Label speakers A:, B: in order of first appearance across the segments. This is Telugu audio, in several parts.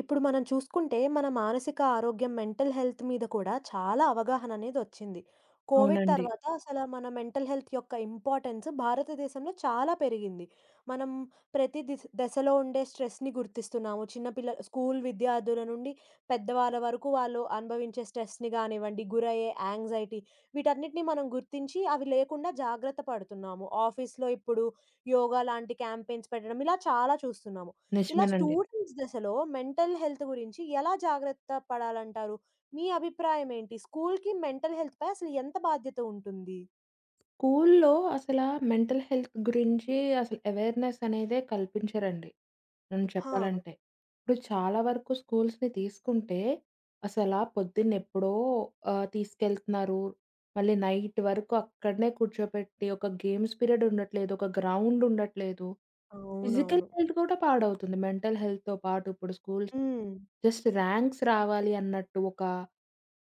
A: ఇప్పుడు మనం చూసుకుంటే మన మానసిక ఆరోగ్యం, మెంటల్ హెల్త్ మీద కూడా చాలా అవగాహన అనేది వచ్చింది. కోవిడ్
B: అవునండి.
A: తర్వాత అసల మన మెంటల్ హెల్త్ యొక్క ఇంపార్టెన్స్ భారతదేశంలో చాలా పెరిగింది. మనం ప్రతి దిశ దశలో ఉండే స్ట్రెస్‌ని గుర్తిస్తున్నాము. చిన్న పిల్ల స్కూల్ విద్యార్థుల నుండి పెద్దవాళ్ళ వరకు వాళ్ళు అనుభవించే స్ట్రెస్‌ని గానివ్వండి, గురయ్యే యాంగ్జైటీ, వీటన్నిటిని మనం గుర్తించి అవి లేకుండా జాగ్రత్త పడుతున్నాము. ఆఫీస్‌లో ఇప్పుడు యోగా లాంటి క్యాంపెయిన్స్ పెట్టడం ఇలా చాలా చూస్తున్నాము. ఇలా
B: నిజమేనండి.
A: స్టూడెంట్స్ దశలో మెంటల్ హెల్త్ గురించి ఎలా జాగ్రత్త పడాలంటారు? మీ అభిప్రాయం ఏంటి? స్కూల్‌కి మెంటల్ హెల్త్‌పై అసలు ఎంత బాధ్యత ఉంటుంది?
B: స్కూల్లో అసలా మెంటల్ హెల్త్ గురించి అసలు అవేర్‌నెస్ అనేదే కల్పించరండి, నేను
A: హా!
B: చెప్పాలంటే. ఇప్పుడు చాలా వరకు స్కూల్స్‌ని తీసుకుంటే అసలా పొద్దున్నెప్పుడో తీసుకెళ్తున్నారు. మళ్ళీ నైట్ వరకు అక్కడనే కూర్చోపెట్టి ఒక గేమ్స్ పీరియడ్ ఉండట్లేదు, ఒక గ్రౌండ్ ఉండట్లేదు. ఫిజికల్
A: అవునవును.
B: హెల్త్ కూడా పాడవుతుంది, మెంటల్ హెల్త్‌తో పాటు. ఇప్పుడు స్కూల్స్
A: హ్మ్.
B: జస్ట్ ర్యాంక్స్ రావాలి అన్నట్టు ఒక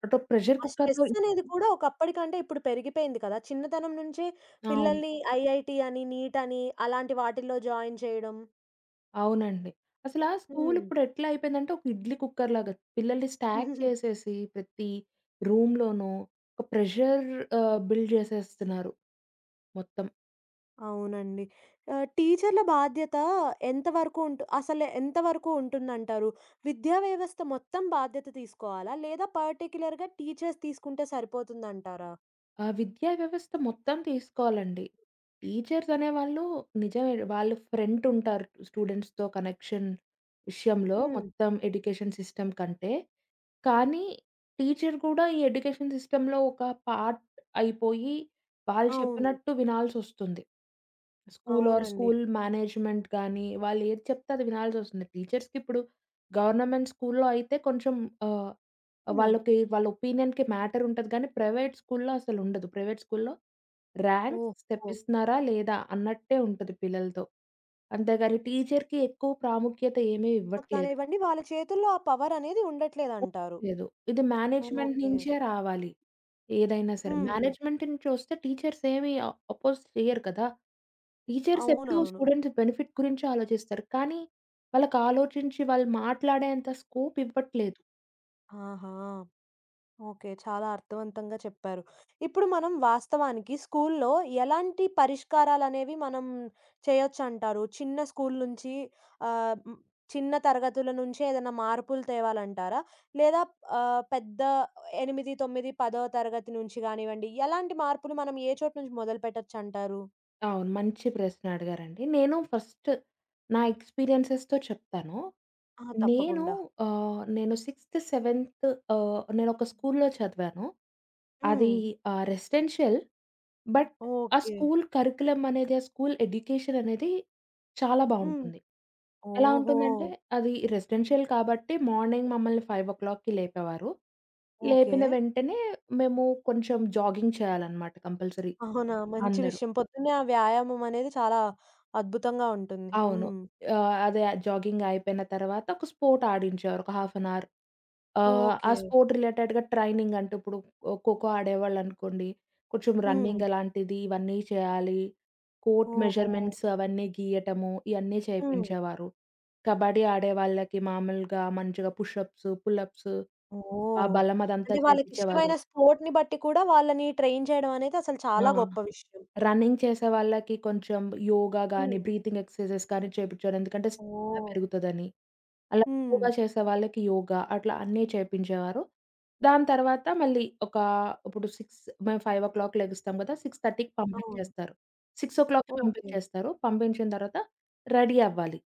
B: అటో ప్రెషర్
A: ఆ
B: కుక్కర్‌లో.
A: స్ట్రెస్ అనేది కూడా ఒకప్పటికంటే ఇప్పుడు పెరిగిపోయింది కదా! చిన్నతనం నుంచే
B: అవును,
A: పిల్లల్ని ఐఐటీ అని, నీట్ అని అలాంటి వాటిల్లో జాయిన్ చేయడం.
B: అవునండి. అసలా
A: హ్మ్.
B: స్కూలిప్పుడెట్లా అయిపోయిందంటే, ఒక ఇడ్లీ కుక్కర్‌లాగా పిల్లల్ని స్టాక్ చేసేసి, ప్రతి రూమ్‌లోనూ ఒక ప్రెషర్ బిల్డ్ జేసేస్తున్నారు మొత్తం.
A: అవునండి. టీచర్ల బాధ్యత ఎంతవరకు ఉంటు అసలు ఎంతవరకు ఉంటుందంటారు? విద్యా వ్యవస్థ మొత్తం బాధ్యత తీసుకోవాలా? లేదా పర్టిక్యులర్‌గా టీచర్స్ తీసుకుంటే సరిపోతుందంటారా?
B: ఆ విద్యా వ్యవస్థ మొత్తం తీసుకోవాలండి. టీచర్స్ అనేవాళ్ళు నిజమే, వాళ్ళు ఫ్రంటుంటారు స్టూడెంట్స్‌తో కనెక్షన్ విషయంలో
A: హ్మ్.
B: మొత్తం ఎడ్యుకేషన్ సిస్టమ్ కంటే. కానీ టీచర్ కూడా ఈ ఎడ్యుకేషన్ సిస్టమ్‌లో ఒక పార్ట్ అయిపోయి, వాళ్ళు
A: అవును.
B: చెప్పినట్టు వినాల్సొస్తుంది. స్కూల్ ఆర్
A: అవునండి.
B: స్కూల్ మేనేజ్‌మెంట్ గానీ, వాళ్ళు ఏది చెప్తే అది వినాల్సొస్తుంది. టీచర్స్‌కిప్పుడు గవర్నమెంట్ స్కూల్‌లో అయితే కొంచెం ఆహ్,
A: హ్మ్.
B: వాళ్ళకి వాళ్ళ ఒపీనియన్‌కి మ్యాటర్ ఉంటది కానీ, ప్రైవేట్ స్కూల్‌లో అసలుండదు. ప్రైవేట్ స్కూల్‌లో ర్యాంక్స్
A: ఓహో!
B: తెప్పిస్తున్నారా? లేదా? అన్నట్టే ఉంటది పిల్లలతో. అంతేగాని టీచర్‌కి ఎక్కువ ప్రాముఖ్యత ఏమీ ఇవ్వట్లేదు.
A: కానివ్వండి, వాళ్ళ చేతుల్లో ఆ పవరనేది ఉండట్లేదంటారు.
B: ఉండట్లేదు. ఇది మేనేజ్‌మెంట్
A: ఓకే.
B: నుంచే రావాలి. ఏదైనా సరే,
A: హ్మ్.
B: మేనేజ్‌మెంట్ నుంచి వస్తే టీచర్స్ ఏమి అ అపోజ్ చేయరు కదా! టీచర్స్ ఎప్పుడూ
A: అవునవును.
B: స్టూడెంట్స్ బెనిఫిట్ గురించే ఆలోచిస్తారు, కానీ వాళ్ళకి ఆలోచించి వాళ్ళు మాట్లాడేంత స్కోప్ ఇవ్వట్లేదు.
A: ఆహా! ఓకే. చాలా అర్థవంతంగా చెప్పారు. ఇప్పుడు మనం వాస్తవానికి స్కూల్లో ఎలాంటి పరిష్కారాలనేవి మనం చేయొచ్చంటారు? చిన్న స్కూల్ నుంచి ఆహ్, హ్మ్. చిన్న తరగతుల నుంచే ఏదైనా మార్పులు తేవాలంటారా? లేదా పెద్ద 8, 9, 10వ తరగతి నుంచి గానివ్వండి, ఎలాంటి మార్పులు మనం ఏ చోటు నుంచి మొదలుపెట్టొచ్చంటారు?
B: అవును, మంచి ప్రశ్న అడిగారండి. నేను ఫస్ట్ నా ఎక్స్‌పీరియన్సెస్‌తో చెప్తాను.
A: ఆ!
B: నేను
A: తప్పకుండా.
B: నేను 6థ్, 7థ్ నేనొక స్కూల్‌లో చదివాను. అది
A: హ్మ్.
B: రెసిడెన్షియల్. బట్ ఆ
A: ఓకే.
B: స్కూల్ కరిక్యులమ్ అనేది, ఆ స్కూల్ ఎడ్యుకేషన్ అనేది చాలా
A: హ్మ్.
B: బావుంటుంది. ఎలా
A: ఓహో!
B: ఉంటుందంటే, అది రెసిడెన్షియల్ కాబట్టి మార్నింగ్ మమ్మల్ని 5:00కి లేపేవారు.
A: ఓకే.
B: లేపిన వెంటనే మేము కొంచెం జాగింగ్ చేయాలనమాట, కంపల్సరీ
A: అవునా! మంచి
B: అందరూ.
A: విషయం. పొద్దున్నే ఆ వ్యాయామం అనేది చాలా అద్భుతంగా ఉంటుంది.
B: అవును.
A: హ్మ్.
B: ఆహ్, అదే జాగింగ్ అయిపోయిన తర్వాత ఒక స్పోర్ట్ ఆడించేవారు, ఒక హాఫ్ అన్ అవర్. ఆ
A: ఓకే.
B: స్పోర్ట్ రిలేటెడ్‌గా ట్రైనింగ్ అంటే ఇప్పుడు ఖోఖో ఆడేవాళ్ళనుకోండి, కొంచెం
A: హ్మ్.
B: రన్నింగ్ అలాంటిది ఇవన్నీ చేయాలి. కోర్ట్
A: ఓహో!
B: మెజర్‌మెంట్స్ అవన్నీ గీయటము, ఇయన్నీ
A: హ్మ్.
B: చేపించేవారు. కబడ్డీ ఆడేవాళ్ళకి మామూలుగా మంచిగా పుషప్స్, పులప్స్, ఆ
A: ఓహ్!
B: బలం అదంతా
A: అంటే
B: చేపిచ్చేవారు.
A: వాళ్ళకిష్టమైన స్పోర్ట్‌ని బట్టి కూడా వాళ్ళని ట్రైన్ చేయడం అనేది అసలు
B: ఆ!
A: చాలా గొప్ప విషయం.
B: రన్నింగ్ చేసే వాళ్ళకి కొంచెం యోగా గాని,
A: హ్మ్.
B: బ్రీతింగ్ ఎక్సర్‌సైజెస్ కానీ చేపిచ్చారు, ఎందుకంటే స్టామినా
A: ఓహ్!
B: పెరుగుతదని. అలా
A: హ్మ్.
B: యోగా చేసే వాళ్ళకి యోగా అట్లా అన్నీ చేపించేవారు. దాని తర్వాత మళ్ళీ ఒక ఇప్పుడు 6, మేము 5:00 లెగుస్తాం గదా! 6:30కి
A: అవును.
B: పంపించేస్తారు. 6:00కి
A: ఓకే.
B: పంపించేస్తారు. పంపించిన తర్వాత రెడీ అవ్వాలి.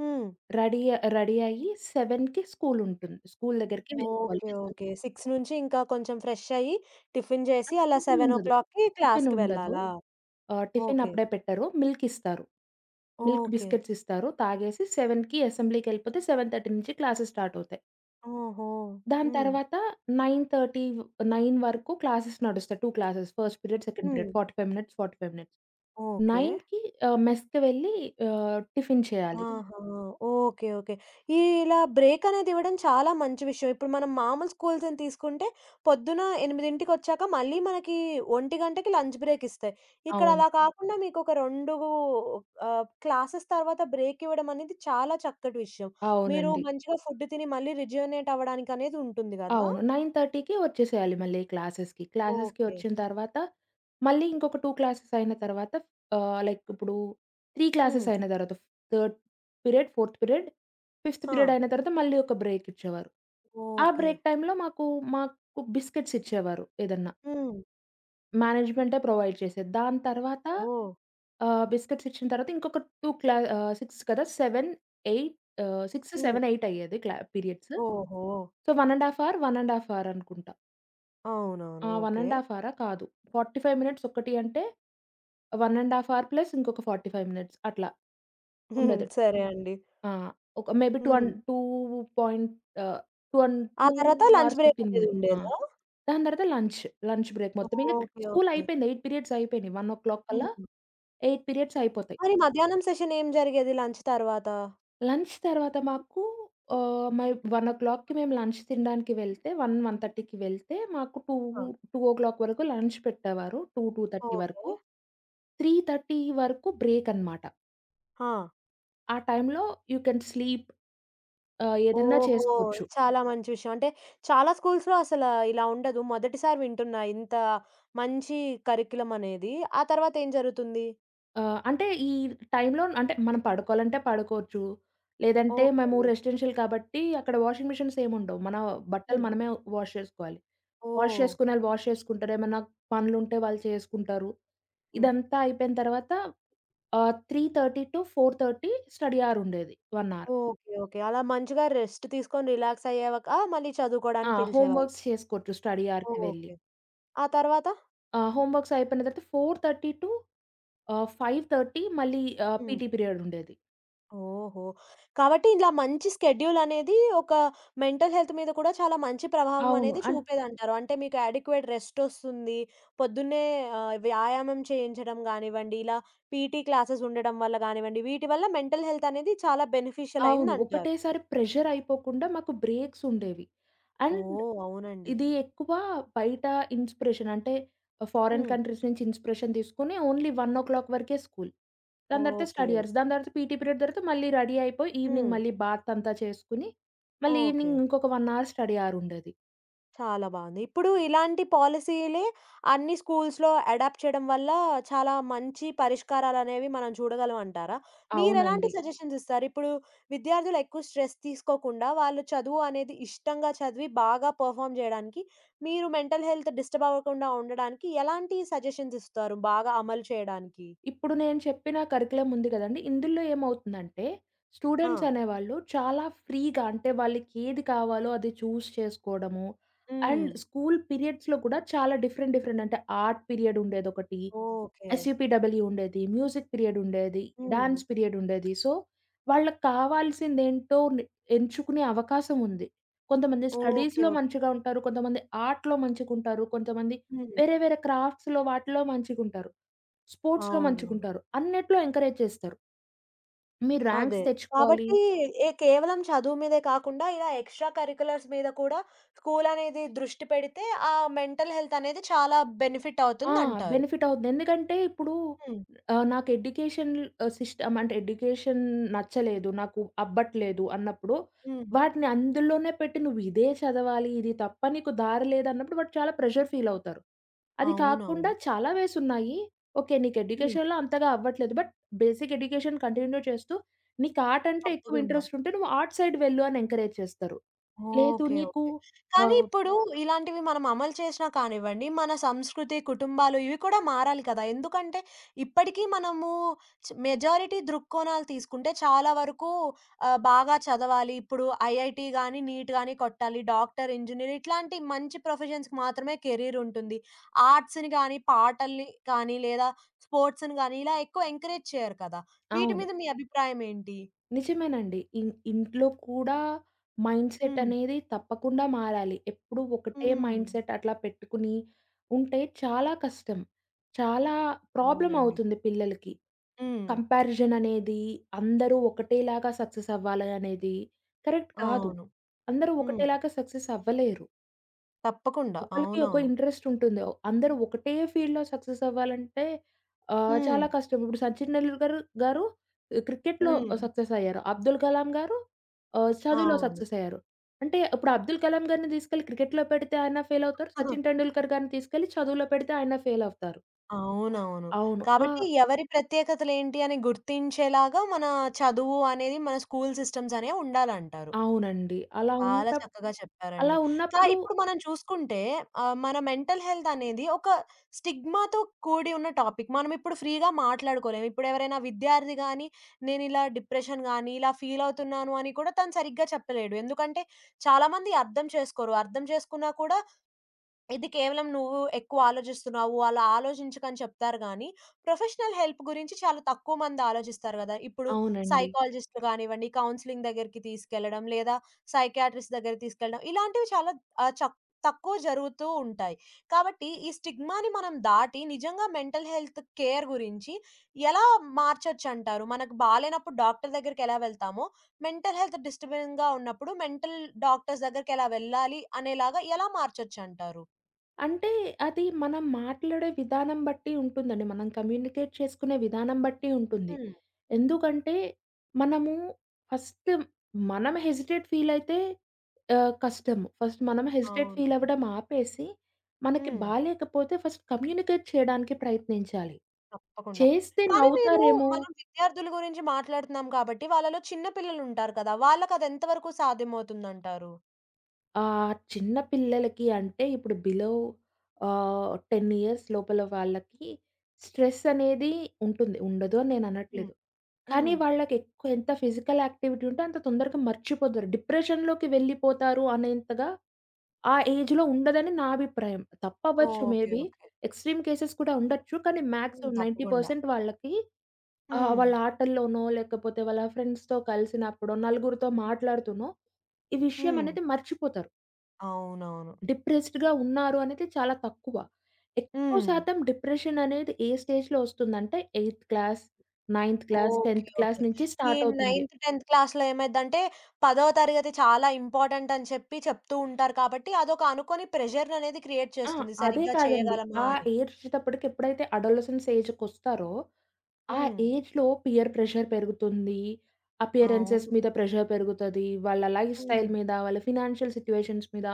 A: హ్మ్.
B: రెడీ రెడీ అయ్యి 7కి స్కూలుంటుంది. స్కూలు దగ్గరికి వెళ్ళిపోవాలి,
A: ఓకే. ఓకే.
B: ఎస్ఎం‌కి.
A: 6 నుంచి ఇంకా కొంచెం ఫ్రెష్ అయ్యి, టిఫిన్ చేసి
B: అక్కడ
A: అలా
B: టిఫినుండదు.
A: 7:00కి క్లాస్‌కి
B: టిఫినుండదు.
A: వెళ్ళాలా?
B: Tiffin
A: okay.
B: అప్పుడే పెట్టరు. మిల్క్ ఇస్తారు. Milk
A: okay.
B: బిస్కెట్స్ ఇస్తారు. తాగేసి 7కి అసెంబ్లీకెళ్ళిపోతే 7:30 నుంచి క్లాసెస్ స్టార్ట్ అవుతాయి.
A: ఓహో!
B: దాని
A: హ్మ్.
B: తర్వాత 9:30 వ్ 9 వరకు క్లాసెస్ నడుస్తాయి. 2 క్లాసెస్, ఫస్ట్ పీరియడ్, సెకండ్
A: హ్మ్.
B: Period, 45 minutes, 45 minutes.
A: ఓకే.
B: 9కి మెస్‌కి వెళ్ళి టిఫిన్ చేయాలి.
A: ఆహా! ఓకే. ఓకే. ఈ ఇలా బ్రేక్ అనేది ఇవ్వడం చాలా మంచి విషయం. ఇప్పుడు మనం మామూలు స్కూల్స్‌ని తీసుకుంటే పొద్దున 8కి మళ్ళీ మనకి 1 లంచ్ బ్రేక్ ఇస్తాయి. ఇక్కడ
B: అవును,
A: అలా హ్మ్. కాకుండా మీకు ఒక 2 క్లాసెస్ తర్వాత బ్రేక్ ఇవ్వడం అనేది చాలా చక్కటి విషయం. మీరు
B: అవునండి,
A: హ్మ్. మంచిగా ఫుడ్ తిని మళ్ళీ రిజ్యూనేట్ అవ్వడానికి అనేది ఉంటుంది గదా!
B: అవును. 9:30కి వచ్చేసేయాలి మళ్ళీ క్లాసెస్‌కి. క్లాసెస్‌కి
A: ఓకే.
B: వచ్చిన తర్వాత మళ్ళీ ఇంకొక 2 క్లాసెస్ అయిన తర్వాత, లైక్ ఇప్పుడు 3
A: హ్మ్.
B: క్లాసెస్ అయిన తర్వాత, third period, fourth period, fifth period
A: ఆ!
B: అయిన తర్వాత మళ్ళీ ఒక బ్రేక్ ఇచ్చేవారు. ఆ
A: ఓకే.
B: బ్రేక్ టైమ్‌లో మాకు బిస్కెట్స్ ఇచ్చేవారు ఏదన్నా.
A: హ్మ్.
B: మేనేజ్‌మెంటే ప్రొవైడ్ చేసేది. దాని తర్వాత
A: ఓహ్!
B: బిస్కిట్స్ ఇచ్చిన తర్వాత ఇంకొక 6 కదా! 7, 8, 6, 7,
A: హ్మ్.
B: 8 అయ్యేది క్లా పీరియడ్స్.
A: ఓహో!
B: సో, 1 ½ అవర్, 1 ½ అవర్ అనుకుంటా.
A: అవునవును.
B: ఆ! 1
A: ఓకే.
B: ½ అవరా? కాదు. 45 మినిట్స్ ఒకటి అంటే 1 ½ అవర్ ప్లస్ ఇంకొక 45 మినిట్స్ అట్లా
A: హ్మ్.
B: ఉండేది.
A: సరే అండి.
B: ఆ! ఒక మేబీ 2 అండ్
A: హ్మ్.
B: 2 పాయింట్ ఆహ్, 2 అండ్
A: ఆ
B: 2
A: తర్వాత లంచ్
B: అవర్స్
A: బ్రేక్
B: 15
A: అనేది
B: మినిట్స్. ఆ!
A: ఉండేదా?
B: దాని తర్వాత లంచ్. లంచ్ బ్రేక్ మొత్తం. ఇంక
A: ఓకే.
B: School
A: okay.
B: అయిపోయింది. 8 పీరియడ్స్ అయిపోయినాయి. 1:00
A: హ్మ్.
B: కల్లా 8 పీరియడ్స్
A: ఇ
B: అయిపోతాయి.
A: మరి మధ్యాహ్నం సెషన్ ఏం జరిగేది లంచ్ తర్వాత?
B: లంచ్ తర్వాత మాకు ఆహ్, మై 1:00కి మేము లంచ్ తినడానికి వెళ్తే 1, 1:30కి వెళ్తే మాకు
A: ఆ!
B: 2, 2:00 వరకు లంచ్ పెట్టేవారు. 2, 2:30
A: ఓకే.
B: వరకు. 3:30 వరకు బ్రేక్ అన్నమాట.
A: ఆ!
B: ఆ టైంలో యూ కెన్ స్లీప్, ఏదన్నా
A: ఓహో!
B: చేసుకోవచ్చు.
A: ఇది చాలా మంచి విషయం. అంటే చాలా స్కూల్స్‌లో అసల ఇలా ఉండదు. మొదటిసారి వింటున్నా ఇంత మంచి కరిక్యులమ్ అనేది. ఆ తర్వాత ఏం జరుగుతుంది?
B: అంటే ఈ టైంలో అంటే మనం పడుకోవాలంటే పడుకోవచ్చు. లేదంటే
A: ఓకే
B: మేము
A: అండి.
B: రెసిడెన్షియల్ కాబట్టి అక్కడ వాషింగ్ మిషన్స్ ఏముండవు. మన బట్టలు
A: హ్మ్.
B: మనమే వాష్ చేసుకోవాలి. వాష్
A: ఓహ్!
B: చేసుకునేళ్ళు వాష్ చేసుకుంటారు. ఏమన్నా పనులుంటే వాళ్ళు చేసుకుంటారు.
A: హ్మ్.
B: ఇదంతా అయిపోయిన తర్వాత 3:30-4:30 స్టడీ అవర్ ఉండేది, 1 అవర్.
A: ఓకే. ఓకే. అలా మంచిగా రెస్ట్ తీసుకొని రిలాక్స్ అయ్యాక మళ్ళీ
B: ఆ!
A: చదువుకోవడానికి
B: హోమ్
A: పిలిచేవారు.
B: వర్క్స్ చేసుకోవచ్చు స్టడీ అవర్‌కి వెళ్ళి.
A: ఓకే. ఆ తర్వాత?
B: ఆ! హోమ్ వర్క్స్ అయిపోయిన తర్వాత 4:30 టు 5:30 మళ్ళీ
A: హ్మ్.
B: పీటీ పీరియడ్ ఉండేది.
A: ఓహో! కాబట్టి ఇలా మంచి స్కెడ్యూల్ అనేది ఒక మెంటల్ హెల్త్ మీద కూడా చాలా మంచి ప్రభావం
B: అవును.
A: అనేది చూపేదంటారు. అంటే మీకు అడిక్వేట్ రెస్ట్ ఒస్తుంది. పొద్దున్నే వ్యాయామం చేయించడం గానివ్వండి, ఇలా పీటీ క్లాసెస్ ఉండడం వల్ల గానివ్వండి, వీటి వల్ల మెంటల్ హెల్త్ అనేది చాలా బెనిఫిషియల్
B: అవును,
A: అయిందంటారు.
B: ఒకటేసారి ప్రెషర్ అయిపోకుండా మాకు బ్రేక్స్ ఉండేవి. And
A: oh! అవునండి.
B: ఇది ఎక్కువ బయట ఇన్‌స్పిరేషన్ అంటే ఫారెన్
A: హ్మ్.
B: కంట్రీస్ నుంచి ఇన్‌స్పిరేషన్ తీసుకొని ఓన్లీ 1:00 వరకే స్కూల్. దాని తర్వాత
A: ఓకే.
B: Study hours. దాని తర్వాత పీటీ పీరియడ్ తర్వాత మళ్ళీ రెడీ అయిపోయి ఈవినింగ్
A: హ్మ్.
B: మళ్ళీ బాత్ అంతా చేసుకొని మళ్ళీ
A: ఓకే.
B: ఈవినింగ్ ఇంకొక 1 అవర్ స్టడీ అవర్ ఉండేది.
A: చాలా బావుంది. ఇప్పుడు ఇలాంటి పాలిసీలే అన్ని స్కూల్స్‌లో అడాప్ట్ చేయడం వల్ల చాలా మంచి పరిష్కారాలనేవి మనం చూడగలం అంటారా? మీరెలాంటి
B: అవునండి.
A: సజెషన్స్ ఇస్తారు? ఇప్పుడు విద్యార్థులు ఎక్కువ స్ట్రెస్ తీసుకోకుండా వాళ్ళు చదువు అనేది ఇష్టంగా చదివి బాగా పెర్ఫార్మ్ చేయడానికి మీరు మెంటల్ హెల్త్ డిస్టర్బ్ అవ్వకుండా ఉండడానికి ఎలాంటి సజెషన్స్ ఇస్తారు బాగా అమలు చేయడానికి?
B: ఇప్పుడు నేను చెప్పిన కరిక్యులమ్ ఉంది కదండీ! ఇందులో ఏమవుతుందంటే,
A: ఆ!
B: స్టూడెంట్స్ అనేవాళ్ళు చాలా ఫ్రీగా, అంటే వాళ్ళకి ఏది కావాలో అది చేసుకోవడము.
A: హ్మ్.
B: అండ్ స్కూల్ పీరియడ్స్‌లో కూడా చాలా డిఫరెంట్, డిఫరెంట్ అంటే ఆర్ట్ పీరియడ్ ఉండేదొకటి.
A: ఓకే.
B: ఎస్‌యూపీడబ్ల్యూ ఉండేది. మ్యూజిక్ పీరియడ్ ఉండేది.
A: హ్మ్.
B: డాన్స్ పీరియడ్ ఉండేది. సో, వాళ్ళకి కావాల్సిందేంటో ని ఎంచుకునే అవకాశం ఉంది. కొంతమంది
A: ఓకే.
B: స్టడీస్‌లో
A: ఓకే.
B: మంచిగా ఉంటారు. కొంతమంది ఆర్ట్‌లో మంచిగుంటారు. కొంతమంది
A: హ్మ్.
B: వేరే వేరే క్రాఫ్ట్స్‌లో వాటిలో మంచిగుంటారు. స్పోర్ట్స్‌లో
A: అవునవును.
B: మంచిగుంటారు. అన్నిట్లో ఎంకరేజ్ చేస్తారు. మీరు
A: అదే.
B: ర్యాంక్స్ తెచ్చుకోవాలి.
A: కాబట్టి ఏ కేవలం చదువు మీదే కాకుండా ఇలా ఎక్స్‌ట్రా కరిక్యులర్స్ మీద కూడా స్కూలనేది దృష్టి పెడితే ఆ మెంటల్ హెల్త్ అనేది చాలా బెనిఫిట్
B: ఆ!
A: అవుతుందంటారు.
B: బెనిఫిట్ అవుద్ది. ఎందుకంటే ఇప్పుడు
A: హ్మ్.
B: నాకు ఎడ్యుకేషన్ సిస్టమ్ అంటే ఎడ్యుకేషన్ నచ్చలేదు, నాకు అబ్బట్లేదు అన్నప్పుడు
A: హ్మ్.
B: వాటిని అందులోనే పెట్టి నువ్వు ఇదే చదవాలి, ఇది తప్ప నీకు దారి లేదన్నప్పుడు వాడు చాలా ప్రెషర్ ఫీల్ అవుతారు. అది కాకుండా
A: అవునవును.
B: చాలా వేస్ ఉన్నాయి. ఓకే, నీకు
A: హ్మ్.
B: ఎడ్యుకేషన్‌లో అంతగా అవ్వట్లేదు, బట్ బేసిక్ ఎడ్యుకేషన్ కంటిన్యూ చేస్తూ నీకు ఆర్ట్ అంటే ఎక్కువ
A: తప్పకుండా.
B: ఇంట్రెస్ట్ ఉంటే నువ్వు ఆర్ట్ సైడ్ వెళ్ళు అని ఎంకరేజ్ చేస్తారు. లేదు
A: ఓకే.
B: నీకు
A: ఓకే. కానీ
B: ఆహ్
A: ఇప్పుడు ఇలాంటివి మనం అమలు చేసినా కానివ్వండి, మన సంస్కృతి, కుటుంబాలు ఇవి కూడా మారాలి కదా! ఎందుకంటే ఇప్పటికీ మనము మెజారిటీ దృక్కోణాలు తీసుకుంటే చాలా వరకు బాగా చదవాలి. ఇప్పుడు ఐఐటీ గాని, నీట్ గాని కొట్టాలి. డాక్టర్, ఇంజినీర్ ఇట్లాంటి మంచి ప్రొఫెషన్స్‌కి మాత్రమే కెరీర్ ఉంటుంది. ఆర్ట్స్‌ని గాని, పాటల్ని కానీ లేదా స్పోర్ట్స్‌ని గాని ఇలా ఎక్కువ ఎంకరేజ్ చేయరు కదా! వీటి
B: అవును,
A: మీద మీ అభిప్రాయం ఏంటి?
B: నిజమేనండి. ఇంట్లో కూడా మైండ్‌సెట్
A: హ్మ్.
B: అనేది తప్పకుండా మారాలి. ఎప్పుడు ఒకటే
A: హ్మ్.
B: మైండ్‌సెట్ అట్లా పెట్టుకుని ఉంటే చాలా కష్టం. చాలా ప్రాబ్లమ్
A: అవునండి.
B: అవుతుంది పిల్లలకి.
A: హ్మ్.
B: కంపారిజన్ అనేది, అందరూ ఒకటేలాగా సక్సెస్ అవ్వాలి అనేది కరెక్ట్ కాదు.
A: అవును.
B: అందరూ
A: హ్మ్.
B: ఒకటేలాగా సక్సెస్ అవ్వలేరు.
A: తప్పకుండా.
B: ఒకళ్ళకి ఒక
A: అవునవును.
B: ఇంట్రెస్ట్ ఉంటుంది. అందరూ ఒకటే ఫీల్డ్‌లో సక్సెస్ అవ్వాలంటే
A: హ్మ్.
B: చాలా కష్టం. ఇప్పుడు 'సచిన్ టెండూల్కర్' గారు క్రికెట్‌లో
A: హ్మ్.
B: సక్సెస్ అయ్యారు. 'అబ్దుల్ కలాం' గారు చదువులో
A: అవును.
B: సక్సెస్ అయ్యారు. అంటే ఇప్పుడు 'అబ్దుల్ కలాం' గారిని తీసుకెళ్ళి క్రికెట్‌లో పెడితే ఆయన ఫెయిల్ అవుతారు. 'సచిన్ టెండూల్కర్' గారిని తీసుకెళ్ళి చదువులో పెడితే ఆయన ఫెయిల్ అవుతారు.
A: అవునవును.
B: అవును, ఆ!
A: కాబట్టి ఎవరి ప్రత్యేకతలేంటి అని గుర్తించేలాగా మన చదువు అనేది మన స్కూల్ సిస్టమ్స్ అనేవి ఉండాలంటారు.
B: అవునండి.
A: చాలా చక్కగా చెప్పారండి.
B: అలా
A: కానీ
B: ఉన్నప్పుడు
A: ఇప్పుడు మనం చూసుకుంటే మన మెంటల్ హెల్త్ అనేది ఒక స్టిగ్మాతో కూడి ఉన్న టాపిక్. మనం ఇప్పుడు ఫ్రీగా మాట్లాడుకోలేము. ఇప్పుడు ఎవరైనా విద్యార్థి గాని, నేను ఇలా డిప్రెషన్ గాని, ఇలా ఫీల్ అవుతున్నాను అని కూడా తను సరిగ్గా చెప్పలేడు. ఎందుకంటే చాలామంది అర్థం చేసుకోరు. అర్థం చేసుకున్నా కూడా ఇది కేవలం నువ్వు ఎక్కువ ఆలోచిస్తున్నావు, అలా ఆలోచించకని చెప్తారు గానీ, ప్రొఫెషనల్ హెల్ప్ గురించి చాలా తక్కువ మంది ఆలోచిస్తారు గదా! ఇప్పుడు
B: అవునండి.
A: సైకాలజిస్ట్‌లు గానివ్వండి, కౌన్సెలింగ్ దగ్గరికి తీసుకెళ్లడం, లేదా సైకియాట్రిస్ట్ దగ్గరికి తీసుకెళ్లడం, ఇలాంటివి చాలా ఆహ్, చక్ తక్కువ జరుగుతూ ఉంటాయి. కాబట్టి ఈ స్టిగ్మాని మనం దాటి నిజంగా మెంటల్ హెల్త్ కేర్ గురించి ఎలా మార్చొచ్చంటారు? మనకు బాలేనప్పుడు డాక్టర్ దగ్గరికెలా వెళ్తామో, మెంటల్ హెల్త్ డిస్టర్బింగ్‌గా ఉన్నప్పుడు మెంటల్ డాక్టర్స్ దగ్గరికెలా వెళ్ళాలి అనేలాగా ఎలా మార్చొచ్చంటారు?
B: అంటే అది మనం మాట్లాడే విధానం బట్టి ఉంటుందండి. మనం కమ్యూనికేట్ చేసుకునే విధానం బట్టి ఉంటుంది.
A: హ్మ్.
B: ఎందుకంటే మనము ఫస్ట్ మనం హెసిటేట్ ఫీల్ అయితే కష్టము. ఫస్ట్ మనం హెసిటేట్
A: అవును.
B: ఫీల్ అవ్వడం ఆపేసి, మనకి
A: హ్మ్.
B: బాలేకపోతే ఫస్ట్ కమ్యూనికేట్ చేయడానికి ప్రయత్నించాలి.
A: తప్పకుండా.
B: చేస్తే
A: కానీ మీరు
B: నవ్వుతారేమో!
A: మనం విద్యార్థుల గురించి మాట్లాడుతున్నాం కాబట్టి, వాళ్ళలో చిన్న పిల్లలుంటారు కదా! వాళ్ళకదెంత వరకు సాధ్యమవుతుందంటారు?
B: చిన్న పిల్లలకి అంటే ఇప్పుడు బిలో 10 ఇయర్స్ లోపల వాళ్ళకి స్ట్రెస్ అనేది ఉంటుంది. ఉండదు అని నేను
A: హ్మ్.
B: అనట్లేదు. కానీ
A: హ్మ్.
B: వాళ్ళకెక్కువ ఎంత ఫిజికల్ యాక్టివిటీ ఉంటే అంత తొందరగా మర్చిపోతారు. డిప్రెషన్‌లోకి వెళ్ళిపోతారు అనేంతగా ఆ ఏజ్‌లో ఉండదని నా అభిప్రాయం. తప్పవ్వచ్చు may
A: okay.
B: Be.
A: Okay.
B: Extreme cases కూడా ఉండొచ్చు. కానీ
A: హ్మ్.
B: మాక్సిమం
A: తప్పకుండా.
B: 90% వాళ్ళకి
A: హ్మ్.
B: వాళ్ళ ఆటల్లోనో, లేకపోతే వాళ్ళ ఫ్రెండ్స్‌తో కలిసినప్పుడో, నలుగురితో మాట్లాడుతూనో ఈ విషయం
A: హ్మ్.
B: అనేది మర్చిపోతారు.
A: అవునవును.
B: డిప్రెస్డ్‌గా ఉన్నారు అనేది చాలా తక్కువ. ఎక్కువ
A: హ్మ్.
B: శాతం డిప్రెషన్ అనేది ఏ స్టేజ్‌లో వస్తుందంటే, eighth class, ninth class,
A: okay.
B: 10థ్
A: ఓకే.
B: క్లాస్ నుంచి
A: ఈ
B: స్టార్ట్ అవుతుంది.
A: 9థ్, 10థ్ క్లాస్‌లో ఏమైద్దంటే, 10వ తరగతి చాలా ఇంపార్టెంట్ అని చెప్తూ ఉంటారు కాబట్టి, అదొక అనుకోని ప్రెషర్ అనేది క్రియేట్
B: ఆ!
A: చేస్తుంది.
B: అదే
A: సరిగ్గా
B: కాదండి.
A: చేయగలమా
B: ఆ
A: అని.
B: ఏజొచ్చేటప్పటికి ఎప్పుడైతే అడోలసెన్స్ ఏజ్‌కొస్తారో, ఆ
A: హ్మ్.
B: ఏజ్‌లో పీర్ ప్రెషర్ పెరుగుతుంది. అపియరెన్సెస్
A: అవును.
B: మీద ప్రెషర్ పెరుగుతది. వాళ్ళ లైఫ్
A: హ్మ్.
B: స్టైల్ మీద, వాళ్ళ ఫినాన్షియల్ సిట్యుయేషన్స్ మీద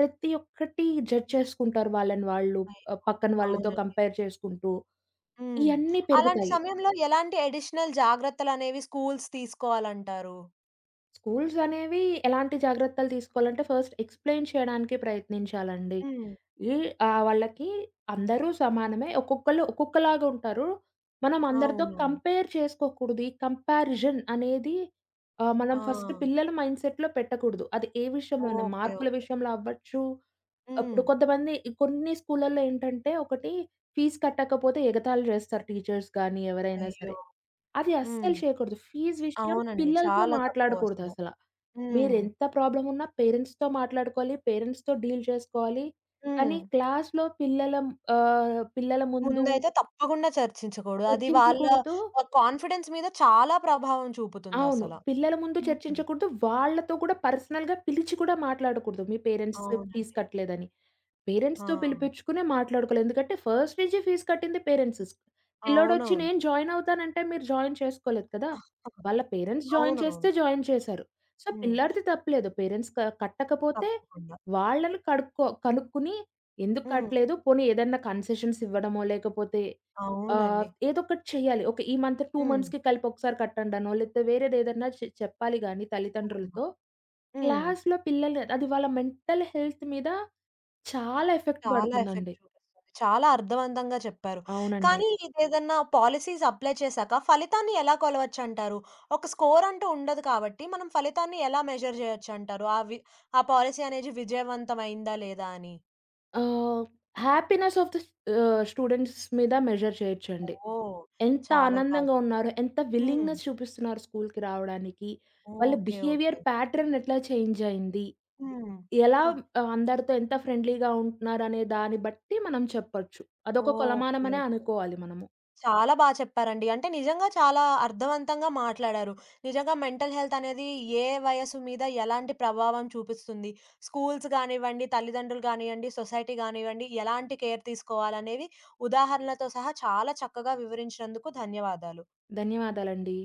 B: ప్రతి ఒక్కటి జడ్జ్ చేసుకుంటారు వాళ్ళని వాళ్ళు, పక్కన వాళ్ళతో
A: అవునండి.
B: కంపేర్ చేసుకుంటూ.
A: హ్మ్. సో
B: ఇయన్నీ
A: అలాంటి
B: పెరుగుతాయి.
A: సమయంలో ఎలాంటి అడిషనల్ జాగ్రత్తలనేవి స్కూల్స్ తీసుకోవాలంటారు?
B: స్కూల్స్ అనేవి ఎలాంటి జాగ్రత్తలు తీసుకోవాలంటే ఫస్ట్ ఎక్స్‌ప్లెయిన్ చేయడానికి ప్రయత్నించాలండి.
A: హ్మ్.
B: ఈ వాళ్ళకి అందరూ సమానమే. ఒక్కొక్కళ్ళు ఒక్కొక్కలాగా ఉంటారు. మనం అందరితో
A: అవునవును.
B: కంపేర్ చేసుకోకూడదు. ఈ కంపారిజన్ అనేది మనం
A: ఆ!
B: ఫస్ట్ పిల్లల మైండ్‌సెట్‌లో పెట్టకూడదు. అది ఏ విషయంలోనైనా
A: ఓకే.
B: మార్కుల
A: ఓకే.
B: విషయంలో అవ్వచ్చు.
A: హ్మ్.
B: అప్పుడు కొంతమంది కొన్ని స్కూళ్ళల్లో ఏంటంటే ఒకటి ఫీజ్ కట్టకపోతే ఎగతాళి చేస్తారు టీచర్స్ గానీ, ఎవరైనా
A: అయ్యో!
B: సరే. అది
A: హ్మ్.
B: అస్సలు చేయకూడదు. ఫీజ్ విషయం
A: అవునండి.
B: పిల్లలతో
A: చాలా తప్పు
B: మాట్లాడకూడదు
A: అసల.
B: అసల.
A: హ్మ్.
B: మీరెంత ప్రాబ్లమ్ ఉన్నా పేరెంట్స్‌తో మాట్లాడుకోవాలి, పేరెంట్స్‌తో డీల్ చేసుకోవాలి.
A: హ్మ్.
B: కానీ క్లాస్‌లో పిల్లల ముందు
A: ముందైతే తప్పకుండా చర్చించకూడదు. అది వాళ్ళ
B: చర్చించకూడదు.
A: కాన్ఫిడెన్స్ మీద చాలా ప్రభావం
B: అవును,
A: చూపుతుందసల.
B: పిల్లల ముందు
A: హ్మ్.
B: చర్చించకూడదు. వాళ్ళతో కూడా పర్సనల్‌గా పిలిచి కూడా మాట్లాడకూడదు మీ పేరెంట్స్ ఫీజ్
A: అవునండి.
B: కట్టలేదని.
A: ఆ!
B: పేరెంట్స్‌తో పిలిపించుకునే మాట్లాడుకోవాలి. ఎందుకంటే ఫస్ట్ నుంచి ఫీజ్ కట్టింది పేరెంట్స్. పిల్లోడొచ్చి
A: అవునవును.
B: నేను జాయిన్ అవుతానంటే మీరు జాయిన్ చేసుకోలేదు కదా! వాళ్ళ పేరెంట్స్ జాయిన్
A: అవునవును.
B: చేస్తే జాయిన్ చేశారు. సో,
A: హ్మ్.
B: పిల్లాడిది తప్పులేదు. పేరెంట్స్ కట్టకపోతే
A: తప్పకుండా.
B: వాళ్ళని కనుక్కుని ఎందుకు
A: హ్మ్.
B: కట్టలేదు? పోనీ ఏదన్నా కన్సెషన్స్ ఇవ్వడమో లేకపోతే
A: అవునండి.
B: ఏదోకటి చేయాలి. ఓకే, ఈ మంత్, 2
A: హ్మ్.
B: మంత్స్‌కి కలిపి ఒకసారి కట్టండనో, లేకపోతే వేరేదేదన్నా చెప్పాలి గానీ తల్లిదండ్రులతో.
A: హ్మ్.
B: క్లాస్‌లో పిల్లలు అది వాళ్ళ మెంటల్ హెల్త్ మీద చాలా ఎఫెక్ట్
A: చాలా ఎఫెక్ట్
B: పడుతుందండి.
A: చూపిస్తుంది. చాలా అర్థవంతంగా చెప్పారు.
B: అవునండి.
A: కానీ ఇదేదన్నా పాలిసీస్ అప్లై చేశాక ఫలితాన్ని ఎలా కొలవచ్చంటారు? ఒక స్కోర్ అంటూ ఉండదు కాబట్టి మనం ఫలితాన్ని ఎలా మెజర్ చేయొచ్చంటారు? ఆ పాలిసీ అనేది విజయవంతం అయిందా లేదా అని?
B: ఆహ్, హ్యాపీనెస్ ఆఫ్ ద స్టూడెంట్స్ మీద మెజర్ చేయొచ్చండి.
A: ఓహ్!
B: ఎంత
A: చాలా బా
B: ఆనందంగా ఉన్నారు, ఎంత
A: హ్మ్.
B: విల్లింగ్‌నెస్ చూపిస్తున్నారు స్కూల్‌కి రావడానికి, వాళ్ళ
A: ఓకే. ఓకే.
B: బిహేవియర్ ప్యాటర్న్ ఎట్లా చేంజ్ అయింది,
A: హ్మ్.
B: ఎలా
A: హ!
B: ఆహ్, అందరితో ఎంత ఫ్రెండ్లీగా ఉంటున్నారనే దాన్ని బట్టి మనం చెప్పొచ్చు. అదొక
A: ఓకే.
B: కొలమానమనే
A: ఓకే.
B: అనుకోవాలి మనము.
A: చాలా బా చెప్పారండి. అంటే నిజంగా చాలా అర్థవంతంగా మాట్లాడారు. నిజంగా మెంటల్ హెల్త్ అనేది ఏ వయస్సు మీద ఎలాంటి ప్రభావం చూపిస్తుంది? స్కూల్స్ గానివ్వండి, తల్లిదండ్రులు గానియండి, సొసైటీ గానివ్వండి, ఎలాంటి కేర్ తీసుకోవాలనేవి ఉదాహరణలతో సహా చాలా చక్కగా వివరించినందుకు ధన్యవాదాలు.
B: ధన్యవాదాలండి.